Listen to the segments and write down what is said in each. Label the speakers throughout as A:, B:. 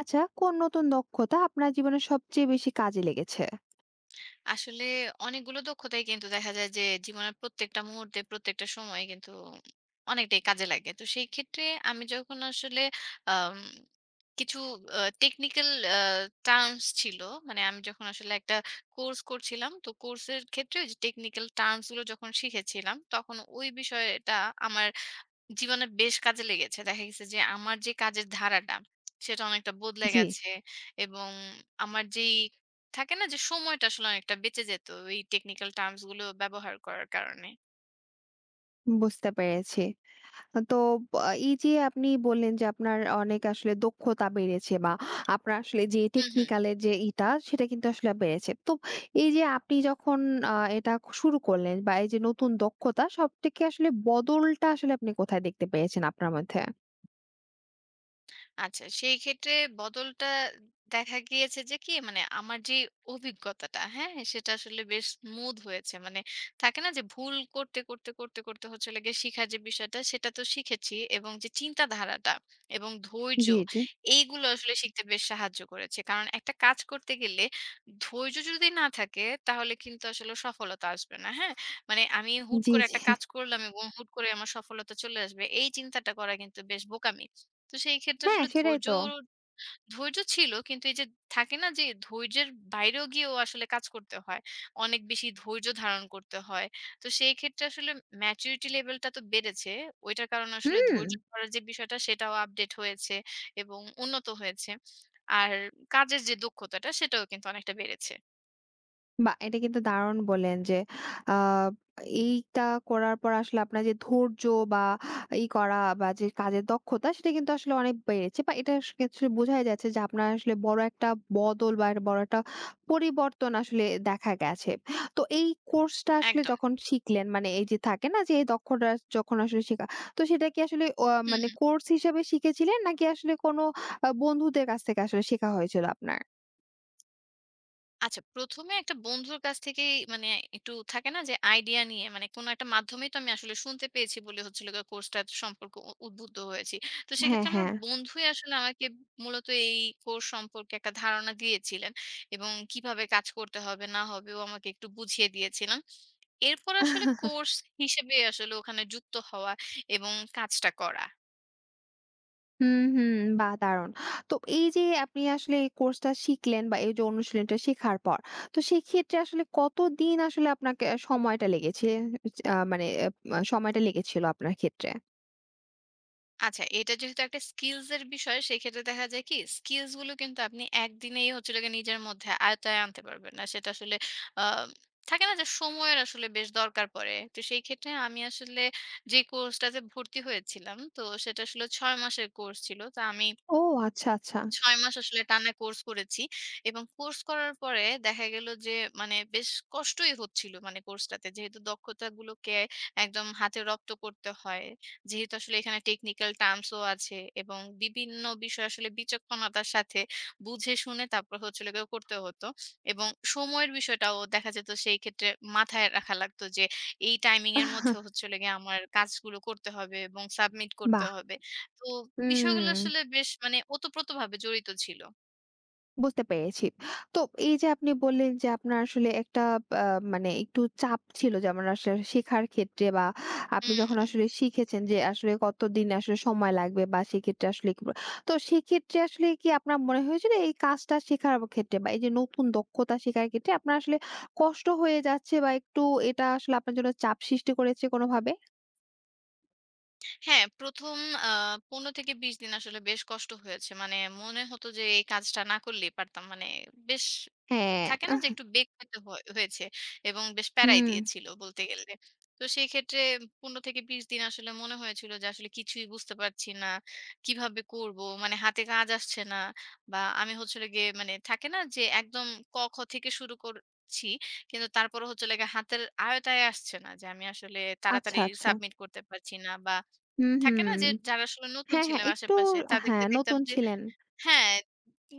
A: আচ্ছা, কোন নতুন দক্ষতা আপনার জীবনে সবচেয়ে বেশি কাজে লেগেছে?
B: আসলে অনেকগুলো দক্ষতাই কিন্তু দেখা যায় যে জীবনের প্রত্যেকটা মুহূর্তে প্রত্যেকটা সময়ে কিন্তু অনেকটাই কাজে লাগে তো সেই ক্ষেত্রে আমি যখন আসলে আম, কিছু টেকনিক্যাল টার্মস ছিল মানে আমি যখন আসলে একটা কোর্স করছিলাম তো কোর্সের ক্ষেত্রে ওই যে টেকনিক্যাল টার্মস গুলো যখন শিখেছিলাম তখন ওই বিষয়টা আমার জীবনে বেশ কাজে লেগেছে। দেখা গেছে যে আমার যে কাজের ধারাটা, সেটা অনেকটা বদলে
A: জি,
B: গেছে এবং আমার যেই থাকে না যে সময়টা আসলে অনেকটা বেঁচে যেত এই টেকনিক্যাল টার্মস গুলো ব্যবহার করার কারণে।
A: বুঝতে পেরেছি। তো ব এই যে আপনি বললেন যে আপনার অনেক আসলে দক্ষতা বেড়েছে বা আপনার আসলে যে
B: হু, হু।
A: টেকনিক্যাল এর যে ইটা সেটা কিন্তু আসলে বেড়েছে। তো এই যে আপনি যখন এটা শুরু করলেন বা এই যে নতুন দক্ষতা সবথেকে আসলে বদলটা আসলে আপনি কোথায় দেখতে পেয়েছেন আপনার মধ্যে?
B: আচ্ছা, সেই ক্ষেত্রে বদলটা দেখা গিয়েছে যে কি মানে আমার যে অভিজ্ঞতাটা, হ্যাঁ? সেটা আসলে বেশ স্মুথ হয়েছে। মানে থাকে না যে ভুল করতে, করতে, করতে, করতে হচ্ছে হলো গিয়ে শিখার যে বিষয়টা সেটা তো শিখেছি এবং যে চিন্তাধারাটা এবং ধৈর্য
A: জি, জি।
B: এইগুলো আসলে শিখতে বেশ সাহায্য করেছে। কারণ একটা কাজ করতে গেলে ধৈর্য যদি না থাকে তাহলে কিন্তু আসলে সফলতা আসবে না, হ্যাঁ? মানে আমি হুট
A: জি,
B: করে
A: জি।
B: একটা কাজ করলাম এবং হুট করে আমার সফলতা চলে আসবে এই চিন্তাটা করা কিন্তু বেশ বোকামি। তো সেই ক্ষেত্রে
A: হ্যাঁ,
B: আসলে
A: সেটাই
B: ধৈর্য
A: তো।
B: ধৈর্য ছিল কিন্তু এই যে থাকে না যে ধৈর্যের বাইরেও গিয়েও আসলে কাজ করতে হয়। অনেক বেশি ধৈর্য ধারণ করতে হয়। তো সেই ক্ষেত্রে আসলে maturity লেভেলটা তো বেড়েছে। ওইটার কারণে আসলে
A: হুম।
B: ধৈর্য ধরার যে বিষয়টা সেটাও আপডেট হয়েছে এবং উন্নত হয়েছে। আর কাজের যে দক্ষতাটা সেটাও কিন্তু অনেকটা বেড়েছে।
A: বাহ! এটা কিন্তু দারুণ বললেন যে আ এইটা করার পর আসলে আপনার যে ধৈর্য বা করা বা যে কাজের দক্ষতা সেটা কিন্তু আসলে অনেক বেড়েছে বা এটা আসলে বোঝাই যাচ্ছে যে আপনার আসলে বড় একটা বদল বা একটা বড় একটা পরিবর্তন আসলে দেখা গেছে। তো এই কোর্সটা আসলে
B: একদম।
A: যখন শিখলেন মানে এই যে থাকে না যে এই দক্ষতা যখন আসলে শেখা, তো সেটা কি আসলে
B: হুম,
A: মানে কোর্স হিসেবে শিখেছিলেন নাকি আসলে কোনো বন্ধুদের কাছ থেকে আসলে শেখা হয়েছিল আপনার?
B: আচ্ছা, ১ম এ একটা বন্ধুর কাছ থেকেই মানে একটু থাকে না যে আইডিয়া নিয়ে মানে কোনো একটা মাধ্যমেই তো আমি আসলে শুনতে পেয়েছি বলে হচ্ছে হলো গিয়ে কোর্সটা সম্পর্কে উদ্বুদ্ধ হয়েছি। তো
A: হ্যাঁ,
B: সেক্ষেত্রে আমার
A: হ্যাঁ।
B: বন্ধুই আসলে আমাকে মূলত এই কোর্স সম্পর্কে একটা ধারণা দিয়েছিলেন এবং কিভাবে কাজ করতে হবে না হবে ও আমাকে একটু বুঝিয়ে দিয়েছিলেন। এরপর আসলে কোর্স হিসেবে আসলে ওখানে যুক্ত হওয়া এবং কাজটা করা।
A: হুম, হুম। বাহ! দারুণ। তো এই যে আপনি আসলে এই কোর্সটা শিখলেন বা এই যে অনুশীলনটা শেখার পর, তো সেক্ষেত্রে আসলে কতদিন আসলে আপনাকে সময়টা লেগেছে? মানে সময়টা লেগেছিল আপনার ক্ষেত্রে?
B: আচ্ছা, এটা যেহেতু একটা স্কিলস এর বিষয়, সেক্ষেত্রে দেখা যায় কি স্কিলস গুলো কিন্তু আপনি একদিনেই হচ্ছে হলো গিয়ে নিজের মধ্যে আয়ত্তায় আনতে পারবেন না। সেটা আসলে আ থাকে না যে সময়ের আসলে বেশ দরকার পড়ে। তো সেই ক্ষেত্রে আমি আসলে যে কোর্সটাতে ভর্তি হয়েছিলাম, তো সেটা আসলে ৬ মাসের কোর্স ছিল। তো আমি
A: ও আচ্ছা, আচ্ছা।
B: ৬ মাস আসলে টানা কোর্স করেছি এবং কোর্স করার পরে দেখা গেল যে মানে বেশ কষ্টই হচ্ছিল মানে কোর্সটাতে। যেহেতু দক্ষতাগুলোকে একদম হাতে রপ্ত করতে হয়। যেহেতু আসলে এখানে টেকনিক্যাল টার্মস ও আছে এবং বিভিন্ন বিষয় আসলে বিচক্ষণতার সাথে বুঝে শুনে তারপর হচ্ছে হলো গিয়ে করতে হতো এবং সময়ের বিষয়টাও দেখা যেত সেই ক্ষেত্রে মাথায় রাখা লাগতো যে এই টাইমিং এর মধ্যে হচ্ছে হলো গিয়ে আমার কাজগুলো করতে হবে এবং সাবমিট করতে
A: বাহ!
B: হবে। তো বিষয়গুলো আসলে
A: হুম।
B: বেশ মানে ওতপ্রোতভাবে জড়িত ছিল।
A: বুঝতে পেরেছি। তো এই যে আপনি বললেন যে আপনার আসলে একটা আ মানে একটু চাপ ছিল যেমন আসলে শেখার ক্ষেত্রে বা আপনি যখন
B: হুম।
A: আসলে শিখেছেন যে আসলে কতদিন আসলে সময় লাগবে বা সেক্ষেত্রে আসলে কি তো সেক্ষেত্রে আসলে কি আপনার মনে হয়েছিল এই কাজটা শেখার ক্ষেত্রে বা এই যে নতুন দক্ষতা শেখার ক্ষেত্রে আপনার আসলে কষ্ট হয়ে যাচ্ছে বা একটু এটা আসলে আপনার জন্য চাপ সৃষ্টি করেছে কোনোভাবে?
B: হ্যাঁ, ১ম আ ১৫-২০ দিন আসলে বেশ কষ্ট হয়েছে। মানে মনে হতো যে এই কাজটা না করলেই পারতাম। মানে বেশ
A: হ্যাঁ।
B: থাকে না
A: আহ
B: যে একটু বেগ পেতে হয় হয়েছে এবং বেশ প্যারাই
A: হুম।
B: দিয়েছিল বলতে গেলে। তো সেই ক্ষেত্রে ১৫ থেকে ২০ দিন আসলে মনে হয়েছিল যে আসলে কিছুই বুঝতে পারছি না। কিভাবে করব? মানে হাতে কাজ আসছে না বা আমি হচ্ছে হলো গিয়ে মানে থাকে না যে একদম ক, খ থেকে শুরু করছি। কিন্তু তারপরে হচ্ছে হলো গিয়ে হাতের আয়তায় আসছে না যে আমি আসলে তাড়াতাড়ি
A: আচ্ছা, আচ্ছা।
B: সাবমিট করতে পারছি না বা
A: হুম,
B: থাকে
A: হুম।
B: না যে যারা আসলে নতুন
A: হ্যাঁ, হ্যাঁ।
B: ছিলেন
A: একটু
B: আশেপাশে তাদেরকে
A: হ্যাঁ,
B: দেখতাম
A: নতুন
B: যে
A: ছিলেন।
B: হ্যাঁ,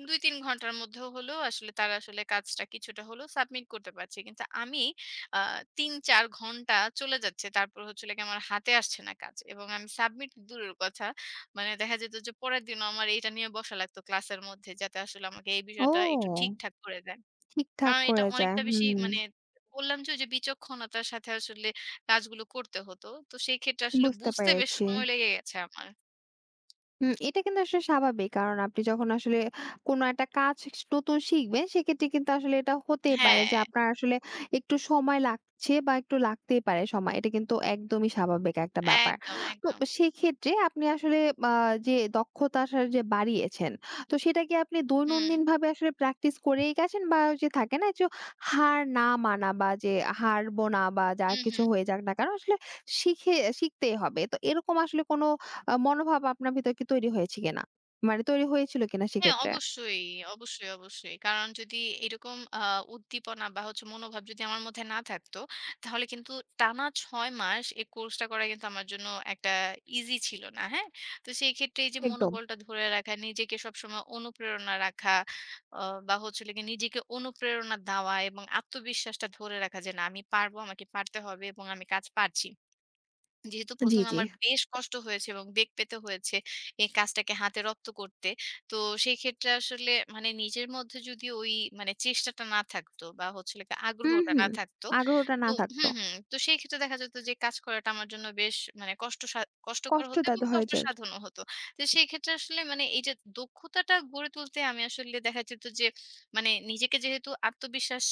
B: ২-৩ ঘন্টার মধ্যেও হলেও আসলে তারা আসলে কাজটা কিছুটা হলেও সাবমিট করতে পারছে। কিন্তু আমি আ ৩-৪ ঘন্টা চলে যাচ্ছে। তারপর হচ্ছে হলো গিয়ে আমার হাতে আসছে না কাজ। এবং আমি সাবমিট দূরের কথা। মানে দেখা যেত যে পরের দিনও আমার এইটা নিয়ে বসা লাগতো ক্লাসের মধ্যে যাতে আসলে আমাকে এই বিষয়টা একটু
A: ও!
B: ঠিকঠাক করে দেয়।
A: ঠিকঠাক
B: কারণ এটা
A: করে যায়।
B: অনেকটা বেশি
A: হুম,
B: মানে বললাম যে ওই যে বিচক্ষণতার সাথে আসলে কাজগুলো করতে হতো। তো সেই ক্ষেত্রে আসলে
A: বুঝতে
B: বুঝতে বেশ
A: পেরেছি।
B: সময় লেগে গেছে আমার।
A: হুম, এটা কিন্তু আসলে স্বাভাবিক। কারণ আপনি যখন আসলে কোন একটা কাজ নতুন শিখবেন সেক্ষেত্রে কিন্তু আসলে এটা হতেই পারে
B: হ্যাঁ,
A: যে আপনার আসলে একটু সময় লাগছে বা একটু লাগতেই পারে সময়। এটা কিন্তু একদমই স্বাভাবিক একটা ব্যাপার।
B: একদম,
A: তো
B: একদম।
A: সেক্ষেত্রে আপনি আসলে আ যে দক্ষতা আসলে যে বাড়িয়েছেন, তো সেটা কি আপনি
B: হুম,
A: দৈনন্দিনভাবে আসলে প্র্যাকটিস করেই গেছেন? বা ওই যে থাকে না যে হার না মানা বা যে হারবো না বা যা
B: হু, হু।
A: কিছু হয়ে যাক না কেন আসলে শিখে শিখতেই হবে। তো এরকম আসলে কোন মনোভাব আপনার ভিতর কি তৈরি হয়েছে কিনা? মানে তৈরি হয়েছিল কিনা
B: হ্যাঁ,
A: সেক্ষেত্রে?
B: অবশ্যই, অবশ্যই, অবশ্যই। কারণ যদি এরকম উদ্দীপনা বা হচ্ছে মনোভাব যদি আমার মধ্যে না থাকতো, তাহলে কিন্তু টানা ৬ মাস এই কোর্সটা করা কিন্তু আমার জন্য একটা ইজি ছিল না। হ্যাঁ? তো সেই ক্ষেত্রে এই যে
A: একদম।
B: মনোবলটা ধরে রাখা, নিজেকে সবসময় অনুপ্রেরণা রাখা অ বা হচ্ছে হলো গিয়ে নিজেকে অনুপ্রেরণা দেওয়া এবং আত্মবিশ্বাসটা ধরে রাখা যে, "না আমি পারবো, আমাকে পারতে হবে এবং আমি কাজ পারছি।" যেহেতু ১ম
A: জি,
B: এ
A: জি।
B: আমার বেশ কষ্ট হয়েছে এবং বেগ পেতে হয়েছে এই কাজটাকে হাতে রপ্ত করতে। তো সেই ক্ষেত্রে আসলে মানে নিজের মধ্যে যদি ওই মানে চেষ্টাটা না থাকতো বা হচ্ছে হলো গিয়ে
A: হুম,
B: আগ্রহটা না
A: হুম।
B: থাকতো
A: আগ্রহটা না
B: তো
A: থাকতো।
B: হুম, হুম। তো সেই ক্ষেত্রে দেখা যেত যে কাজ করাটা আমার জন্য বেশ মানে কষ্টকর হতো
A: কষ্টটা
B: এবং
A: তো হয়ে যেত।
B: কষ্টসাধনও হতো। তো সেই ক্ষেত্রে আসলে মানে এই যে দক্ষতাটা গড়ে তুলতে আমি আসলে দেখা যেত যে মানে নিজেকে যেহেতু আত্মবিশ্বাস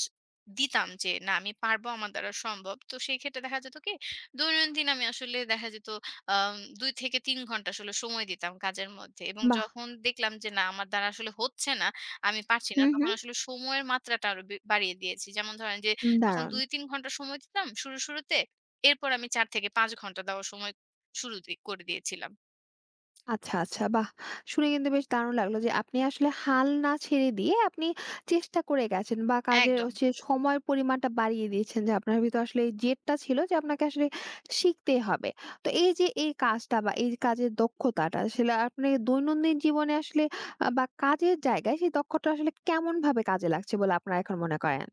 B: দিতাম যে না আমি পারবো আমার দ্বারা সম্ভব। তো সেই ক্ষেত্রে দেখা যেত কি দৈনন্দিন আমি আসলে দেখা যেত আম ২ থেকে ৩ ঘন্টা আসলে সময় দিতাম কাজের মধ্যে। এবং
A: বাহ!
B: যখন দেখলাম যে না আমার দ্বারা আসলে হচ্ছে না, আমি পারছি না,
A: হুম,
B: তখন
A: হুম।
B: আসলে সময়ের মাত্রাটা আরো বাড়িয়ে দিয়েছি। যেমন ধরেন যে তখন
A: দারুণ।
B: ২-৩ ঘন্টা সময় দিতাম শুরুতে। এরপর আমি ৪ থেকে ৫ ঘন্টা দেওয়া সময় শুরু দি করে দিয়েছিলাম।
A: আচ্ছা, আচ্ছা। বাহ! শুনে কিন্তু বেশ দারুণ লাগলো যে আপনি আসলে হাল না ছেড়ে দিয়ে আপনি চেষ্টা করে গেছেন বা কাজের
B: একদম।
A: হচ্ছে সময়ের পরিমাণটা বাড়িয়ে দিয়েছেন যে আপনার ভিতর আসলে এই জেদটা ছিল যে আপনাকে আসলে শিখতেই হবে। তো এই যে এই কাজটা বা এই কাজের দক্ষতাটা আসলে আপনি দৈনন্দিন জীবনে আসলে বা কাজের জায়গায় সেই দক্ষতা আসলে কেমনভাবে কাজে লাগছে বলে আপনার এখন মনে করেন?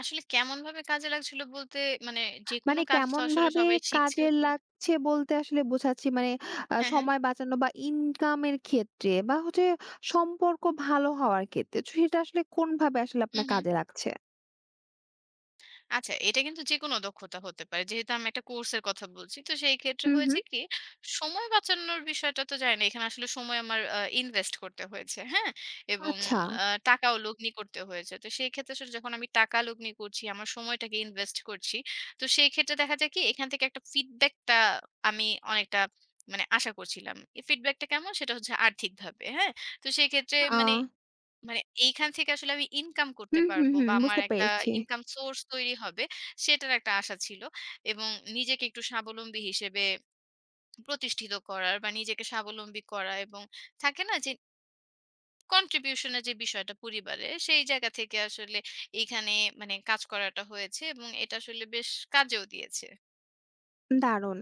B: আসলে কেমনভাবে কাজে লাগছিল বলতে মানে যেকোনো
A: মানে
B: কাজ তো আসলে
A: কেমনভাবে
B: সবাই শিখছে
A: কাজে
B: হচ্ছে
A: লাগছে বলতে আসলে বোঝাচ্ছি মানে
B: হ্যাঁ, হ্যাঁ।
A: সময় বাঁচানো বা ইনকামের ক্ষেত্রে বা হচ্ছে সম্পর্ক ভালো হওয়ার ক্ষেত্রে। তো সেটা আসলে কোনভাবে আসলে
B: হু,
A: আপনার
B: হু।
A: কাজে লাগছে?
B: আচ্ছা, এটা কিন্তু যেকোনো দক্ষতা হতে পারে। যেহেতু আমি একটা কোর্সের কথা বলছি। তো সেই ক্ষেত্রে
A: হুম,
B: হয়েছে
A: হুম।
B: কি, সময় বাঁচানোর বিষয়টা তো যায় না। এখানে আসলে সময় আমার ইনভেস্ট করতে হয়েছে। হ্যাঁ? এবং
A: আচ্ছা।
B: টাকাও লগ্নি করতে হয়েছে। তো সেই ক্ষেত্রে আসলে যখন আমি টাকা লগ্নি করছি, আমার সময়টাকে ইনভেস্ট করছি। তো সেই ক্ষেত্রে দেখা যায় কি, এখান থেকে একটা ফিডব্যাকটা আমি অনেকটা মানে আশা করছিলাম। এই ফিডব্যাকটা কেমন? সেটা হচ্ছে আর্থিকভাবে। হ্যাঁ? তো সেই ক্ষেত্রে
A: আ
B: মানে মানে এইখান থেকে আসলে আমি ইনকাম করতে
A: হুম, হুম,
B: পারবো
A: হুম,
B: বা আমার
A: বুঝতে
B: একটা
A: পেরেছি।
B: ইনকাম সোর্স তৈরি হবে সেটার একটা আশা ছিল। এবং নিজেকে একটু স্বাবলম্বী হিসেবে প্রতিষ্ঠিত করার বা নিজেকে স্বাবলম্বী করা এবং থাকে না যে কন্ট্রিবিউশন এর যে বিষয়টা পরিবারে সেই জায়গা থেকে আসলে এইখানে মানে কাজ করাটা হয়েছে এবং এটা আসলে বেশ কাজেও দিয়েছে।
A: দারুণ।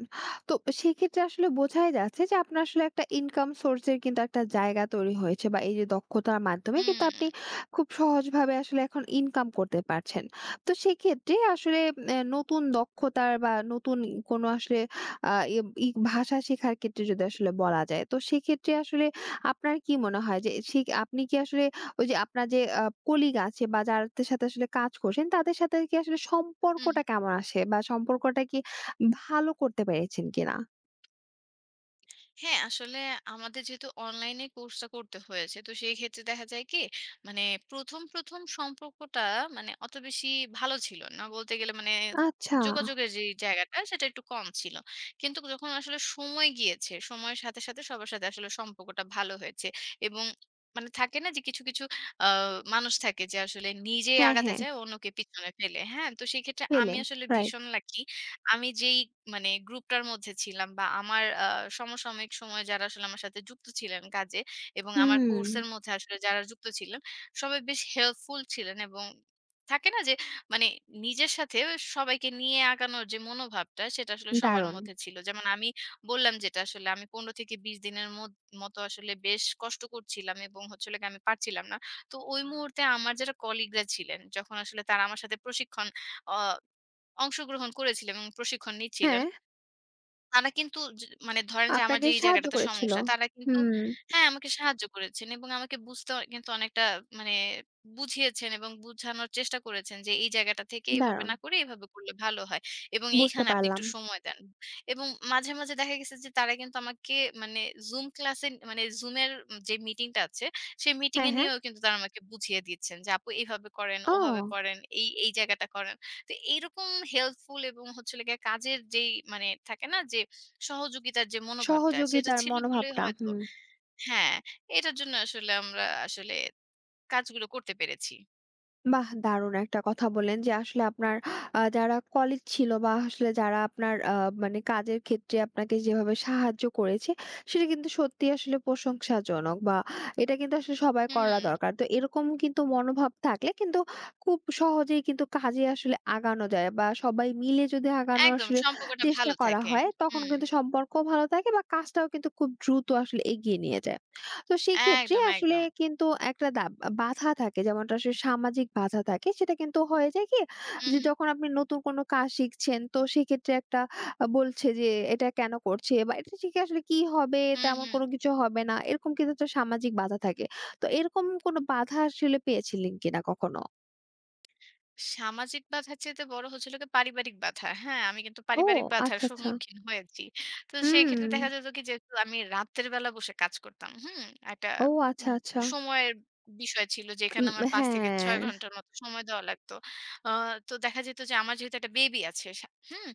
A: তো সেক্ষেত্রে আসলে বোঝাই যাচ্ছে যে আপনার আসলে একটা ইনকাম সোর্স এর কিন্তু একটা জায়গা তৈরি হয়েছে বা এই যে দক্ষতার মাধ্যমে কিন্তু
B: হুম,
A: আপনি খুব সহজভাবে আসলে এখন ইনকাম করতে পারছেন। তো সেক্ষেত্রে আসলে নতুন দক্ষতার বা নতুন কোনো আসলে ই ই ভাষা শেখার ক্ষেত্রে যদি আসলে বলা যায়, তো সেক্ষেত্রে আসলে আপনার কি মনে হয় যে আপনি কি আসলে ওই যে আপনার যে কলিগ আছে বা যাদের সাথে আসলে কাজ করছেন তাদের সাথে কি আসলে
B: হু, হু।
A: সম্পর্কটা কেমন আসে বা সম্পর্কটা কি ভালো করতে পেরেছেন কিনা?
B: হ্যাঁ, আসলে আমাদের যেহেতু অনলাইনে কোর্সটা করতে হয়েছে, তো সেই ক্ষেত্রে দেখা যায় কি মানে ১ম সম্পর্কটা মানে অত বেশি ভালো ছিল না। বলতে গেলে মানে
A: আচ্ছা।
B: যোগাযোগের যেই জায়গাটা সেটা একটু কম ছিল। কিন্তু যখন আসলে সময় গিয়েছে, সময়ের সাথে, সাথে সবার সাথে আসলে সম্পর্কটা ভালো হয়েছে এবং মানে থাকে না যে কিছু, কিছু আ মানুষ থাকে যে আসলে নিজেই
A: হ্যাঁ,
B: আগাতে
A: হ্যাঁ,
B: চায় অন্যকে পিছনে ফেলে। হ্যাঁ? তো সেই ক্ষেত্রে আমি
A: পেলে।
B: আসলে
A: রাইট।
B: ভীষণ লাকি আমি যেই মানে গ্রুপটার মধ্যে ছিলাম বা আমার সমসাময়িক সময়ে যারা আসলে আমার সাথে যুক্ত ছিলেন কাজে এবং আমার
A: হুম,
B: কোর্সের মধ্যে আসলে যারা যুক্ত ছিলেন, সবাই বেশ হেল্পফুল ছিলেন এবং থাকে না যে মানে নিজের সাথে সবাইকে নিয়ে আগানোর যে মনোভাবটা সেটা আসলে সবার
A: দারুণ।
B: মধ্যে ছিল। যেমন আমি বললাম যেটা আসলে আমি ১৫ থেকে ২০ দিনের মতো আসলে বেশ কষ্ট করছিলাম এবং হচ্ছে হলো গিয়ে আমি পারছিলাম না। তো ওই মুহূর্তে আমার যারা কলিগরা ছিলেন, যখন আসলে তারা আমার সাথে প্রশিক্ষণ অ অংশগ্রহণ করেছিলেন এবং প্রশিক্ষণ নিচ্ছিলেন।
A: হ্যাঁ,
B: তারা কিন্তু মানে ধরেন যে আমার
A: আপনাকে
B: যে এই
A: সাহায্য
B: জায়গাটাতে
A: করেছিল।
B: সমস্যা তারা কিন্তু
A: হুম,
B: হ্যাঁ, আমাকে সাহায্য করেছেন এবং আমাকে বুঝতে কিন্তু অনেকটা মানে বুঝিয়েছেন এবং বুঝানোর চেষ্টা করেছেন যে এই জায়গাটা থেকে এভাবে
A: দারুণ।
B: না করে এভাবে করলে ভালো হয় এবং
A: বুঝতে
B: এইখানে আপনি
A: পারলাম।
B: একটু সময় দেন। এবং মাঝে, মাঝে দেখা গেছে যে তারা কিন্তু আমাকে মানে Zoom ক্লাসে মানে Zoom এর যে মিটিংটা আছে সেই মিটিং
A: হ্যাঁ,
B: এ
A: হ্যাঁ।
B: নিয়েও কিন্তু তারা আমাকে বুঝিয়ে দিচ্ছেন যে আপু এভাবে করেন, ওভাবে
A: ও,
B: করেন, এই, এই জায়গাটা করেন। তো এইরকম হেল্পফুল এবং হচ্ছে হলো গিয়ে কাজের যেই মানে থাকে না যে সহযোগিতার যে মনোভাবটা সেটা
A: সহযোগিতার
B: ছিল বলেই
A: মনোভাবটা।
B: হয়তো
A: হুম।
B: হ্যাঁ, এটার জন্য আসলে আমরা আসলে কাজগুলো করতে পেরেছি।
A: বাহ! দারুণ একটা কথা বললেন যে আসলে আপনার যারা কলিগ ছিল বা আসলে যারা আপনার মানে কাজের ক্ষেত্রে আপনাকে যেভাবে সাহায্য করেছে, সেটা কিন্তু সত্যিই আসলে প্রশংসাজনক বা এটা কিন্তু আসলে সবাই
B: হুম,
A: করা দরকার। তো এরকম কিন্তু মনোভাব থাকলে কিন্তু খুব সহজেই কিন্তু কাজে আসলে আগানো যায় বা সবাই মিলে যদি আগানোর
B: একদম
A: আসলে
B: সম্পর্কটা
A: চেষ্টা
B: ভালো
A: করা
B: থাকে।
A: হয়, তখন
B: হুম,
A: কিন্তু সম্পর্কও ভালো থাকে বা কাজটাও কিন্তু খুব দ্রুত আসলে এগিয়ে নিয়ে যায়। তো সেক্ষেত্রে
B: একদম,
A: আসলে
B: একদম।
A: কিন্তু একটা বাধা থাকে যেমনটা আসলে সামাজিক বাধা থাকে সেটা কিন্তু হয়ে যায় কি
B: হু,
A: যে
B: হু।
A: যখন আপনি নতুন কোনো কাজ শিখছেন তো সেক্ষেত্রে একটা বলছে যে এটা কেন করছে বা এটা শিখে আসলে কি হবে,
B: হু,
A: তেমন
B: হু।
A: কোনো কিছু হবে না, এরকম কিন্তু একটা সামাজিক বাধা থাকে। তো এরকম কোনো বাধা আসলে পেয়েছিলেন কিনা কখনো?
B: সামাজিক বাধার চাইতে বড় হচ্ছে হলো গিয়ে পারিবারিক বাধা। হ্যাঁ, আমি কিন্তু
A: ও
B: পারিবারিক বাধার
A: আচ্ছা, আচ্ছা।
B: সম্মুখীন হয়েছি। তো সেই
A: হুম।
B: ক্ষেত্রে দেখা যেত কি যেহেতু আমি রাতের বেলা বসে কাজ করতাম। হুম? একটা
A: ও আচ্ছা,
B: উম
A: আচ্ছা।
B: সময়ের বিষয় ছিল যেখানে
A: উম,
B: আমার ৫ থেকে ৬
A: হ্যাঁ।
B: ঘন্টার মতো সময় দেওয়া লাগতো। আ তো দেখা যেত যে আমার যেহেতু একটা বেবি আছে হুম?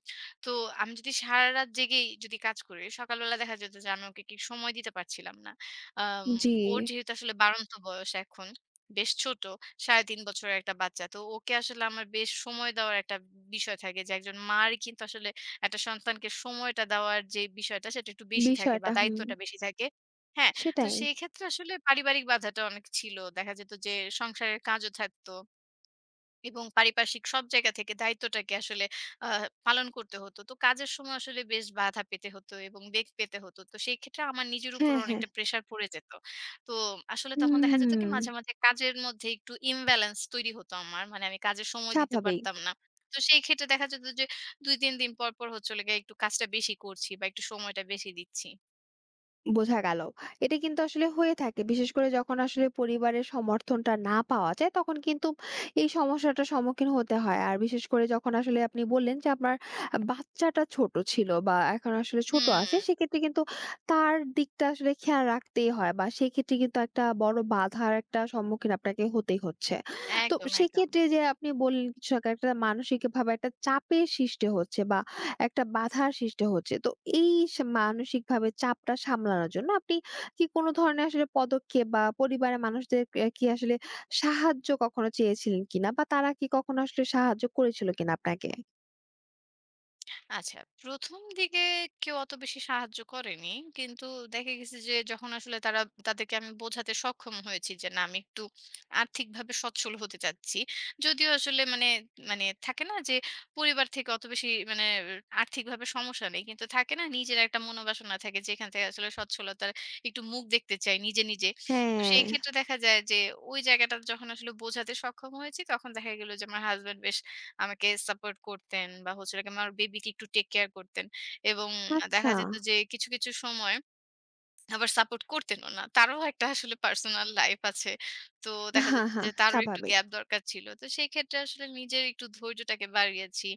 B: তো আমি যদি সারারাত জেগেই যদি কাজ করি, সকালবেলা দেখা যেত যে আমি ওকে কি সময় দিতে পারছিলাম না। আম
A: জি।
B: ওর যেহেতু আসলে বাড়ন্ত বয়স এখন, বেশ ছোট। ৩.৫ বছরের একটা বাচ্চা। তো ওকে আসলে আমার বেশ সময় দেওয়ার একটা বিষয় থাকে যে একজন মার কিন্তু আসলে একটা সন্তানকে সময়টা দেওয়ার যে বিষয়টা সেটা একটু বেশি থাকে বা
A: বিষয়টা, হুম,
B: দায়িত্বটা বেশি থাকে। হ্যাঁ? তো
A: সেটাই।
B: সেই ক্ষেত্রে আসলে পারিবারিক বাধাটা অনেক ছিল। দেখা যেত যে সংসারের কাজও থাকতো। এবং পারিপার্শ্বিক সব জায়গা থেকে দায়িত্বটাকে আসলে আ পালন করতে হতো। তো কাজের সময় আসলে বেশ বাধা পেতে হতো এবং বেগ পেতে হতো। তো সেই ক্ষেত্রে আমার নিজের উপর
A: হ্যাঁ, হ্যাঁ।
B: অনেকটা প্রেশার পড়ে যেত। তো আসলে তখন দেখা যেত
A: হুম,
B: কি মাঝে, মাঝে কাজের মধ্যে একটু imbalance তৈরি হতো আমার। মানে আমি কাজে সময় দিতে
A: স্বাভাবিক।
B: পারতাম না। তো সেই ক্ষেত্রে দেখা যেত যে ২-৩ দিন পর, পর হচ্ছে হলো গিয়ে একটু কাজটা বেশি করছি বা একটু সময়টা বেশি দিচ্ছি।
A: বোঝা গেল। এটা কিন্তু আসলে হয়ে থাকে। বিশেষ করে যখন আসলে পরিবারের সমর্থনটা না পাওয়া যায়, তখন কিন্তু এই সমস্যাটার সম্মুখীন হতে হয়। আর বিশেষ করে যখন আসলে আপনি বললেন যে আপনার বাচ্চাটা ছোট ছিল বা এখন আসলে ছোট
B: হুম,
A: আছে, সেক্ষেত্রে কিন্তু তার দিকটা আসলে খেয়াল রাখতেই হয় বা সেক্ষেত্রে কিন্তু একটা বড় বাধার একটা সম্মুখীন আপনাকে হতেই হচ্ছে। তো
B: একদম, একদম।
A: সেক্ষেত্রে যে আপনি বললেন কিছু আগে একটা মানসিকভাবে একটা চাপের সৃষ্টি হচ্ছে বা একটা বাধার সৃষ্টি হচ্ছে। তো এই মানসিকভাবে চাপটা সামলানোর জন্য আপনি কি কোনো ধরনের আসলে পদক্ষেপ বা পরিবারের মানুষদের কি আসলে সাহায্য কখনো চেয়েছিলেন কিনা? বা তারা কি কখনো আসলে সাহায্য করেছিল কিনা আপনাকে?
B: আচ্ছা, ১ম দিকে কেউ অত বেশি সাহায্য করেনি। কিন্তু দেখা গেছে যে যখন আসলে তারা তাদেরকে আমি বোঝাতে সক্ষম হয়েছি যে না আমি একটু আর্থিকভাবে সচ্ছল হতে চাচ্ছি। যদিও আসলে মানে মানে থাকে না যে পরিবার থেকে অত বেশি মানে আর্থিকভাবে সমস্যা নেই। কিন্তু থাকে না নিজের একটা মনোবাসনা থাকে যেখান থেকে আসলে সচ্ছলতার একটু মুখ দেখতে চাই নিজে, নিজে। তো সেই
A: হ্যাঁ।
B: ক্ষেত্রে দেখা যায় যে ওই জায়গাটা যখন আসলে বোঝাতে সক্ষম হয়েছি তখন দেখা গেল যে আমার হাসব্যান্ড বেশ আমাকে সাপোর্ট করতেন বা হচ্ছে গিয়ে আমার বেবিকে একটু টেক কেয়ার করতেন। এবং দেখা
A: আচ্ছা।
B: যেত যে কিছু, কিছু সময় আবার সাপোর্ট করতেনও না। তারও একটা আসলে পার্সোনাল লাইফ আছে। তো দেখা যেত
A: হ্যাঁ,
B: যে
A: হ্যাঁ,
B: তারও একটু
A: স্বাভাবিক।
B: গ্যাপ দরকার ছিল। তো সেই ক্ষেত্রে আসলে নিজের একটু ধৈর্যটাকে বাড়িয়েছি,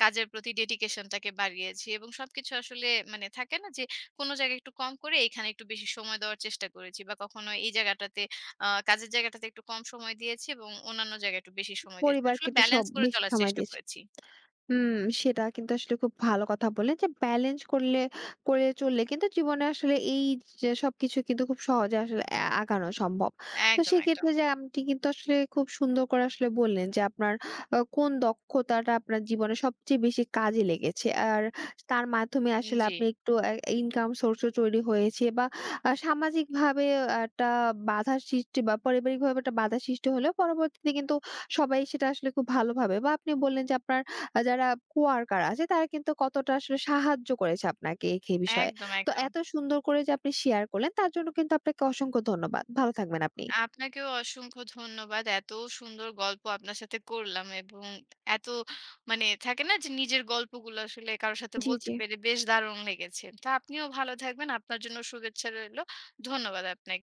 B: কাজের প্রতি ডেডিকেশনটাকে বাড়িয়েছি এবং সবকিছু আসলে মানে থাকে না যে কোনো জায়গায় একটু কম করে এখানে একটু বেশি সময় দেওয়ার চেষ্টা করেছি বা কখনো এই জায়গাটাতে কাজের জায়গাটাতে একটু কম সময় দিয়েছি এবং অন্যান্য জায়গায় একটু বেশি সময় দিয়েছি।
A: পরিবারকে
B: আসলে
A: একটু সব
B: ব্যালেন্স করে
A: বেশি
B: চলার
A: সময়
B: চেষ্টা
A: দিয়েছেন।
B: করেছি।
A: হুম, সেটা কিন্তু আসলে খুব ভালো কথা বললেন যে ব্যালেন্স করে চললে কিন্তু জীবনে আসলে এই যে সবকিছু কিন্তু খুব সহজে আসলে আগানো সম্ভব। তো
B: একদম, একদম।
A: সেক্ষেত্রে যে আপনি কিন্তু আসলে খুব সুন্দর করে আসলে বললেন যে আপনার কোন দক্ষতাটা আপনার জীবনে সবচেয়ে বেশি কাজে লেগেছে। আর তার মাধ্যমে আসলে
B: জি,
A: আপনি একটু ইনকাম সোর্স ও তৈরি হয়েছে বা সামাজিকভাবে একটা বাধার সৃষ্টি বা পারিবারিকভাবে একটা বাধার সৃষ্টি হলেও পরবর্তীতে কিন্তু সবাই সেটা আসলে খুব ভালোভাবে বা আপনি বললেন যে আপনার যারা কোয়ার্কার আছে তারা কিন্তু কতটা আসলে সাহায্য করেছে আপনাকে এই বিষয়ে।
B: একদম,
A: তো
B: একদম।
A: এত সুন্দর করে যে আপনি শেয়ার করলেন তার জন্য কিন্তু আপনাকে অসংখ্য ধন্যবাদ। ভালো থাকবেন আপনি।
B: আপনাকেও অসংখ্য ধন্যবাদ। এত সুন্দর গল্প আপনার সাথে করলাম এবং এত মানে থাকে না যে নিজের গল্পগুলো আসলে কারো সাথে
A: জি,
B: বলতে
A: জি।
B: পেরে বেশ দারুণ লেগেছে। তো আপনিও ভালো থাকবেন। আপনার জন্য শুভেচ্ছা রইলো। ধন্যবাদ আপনাকে।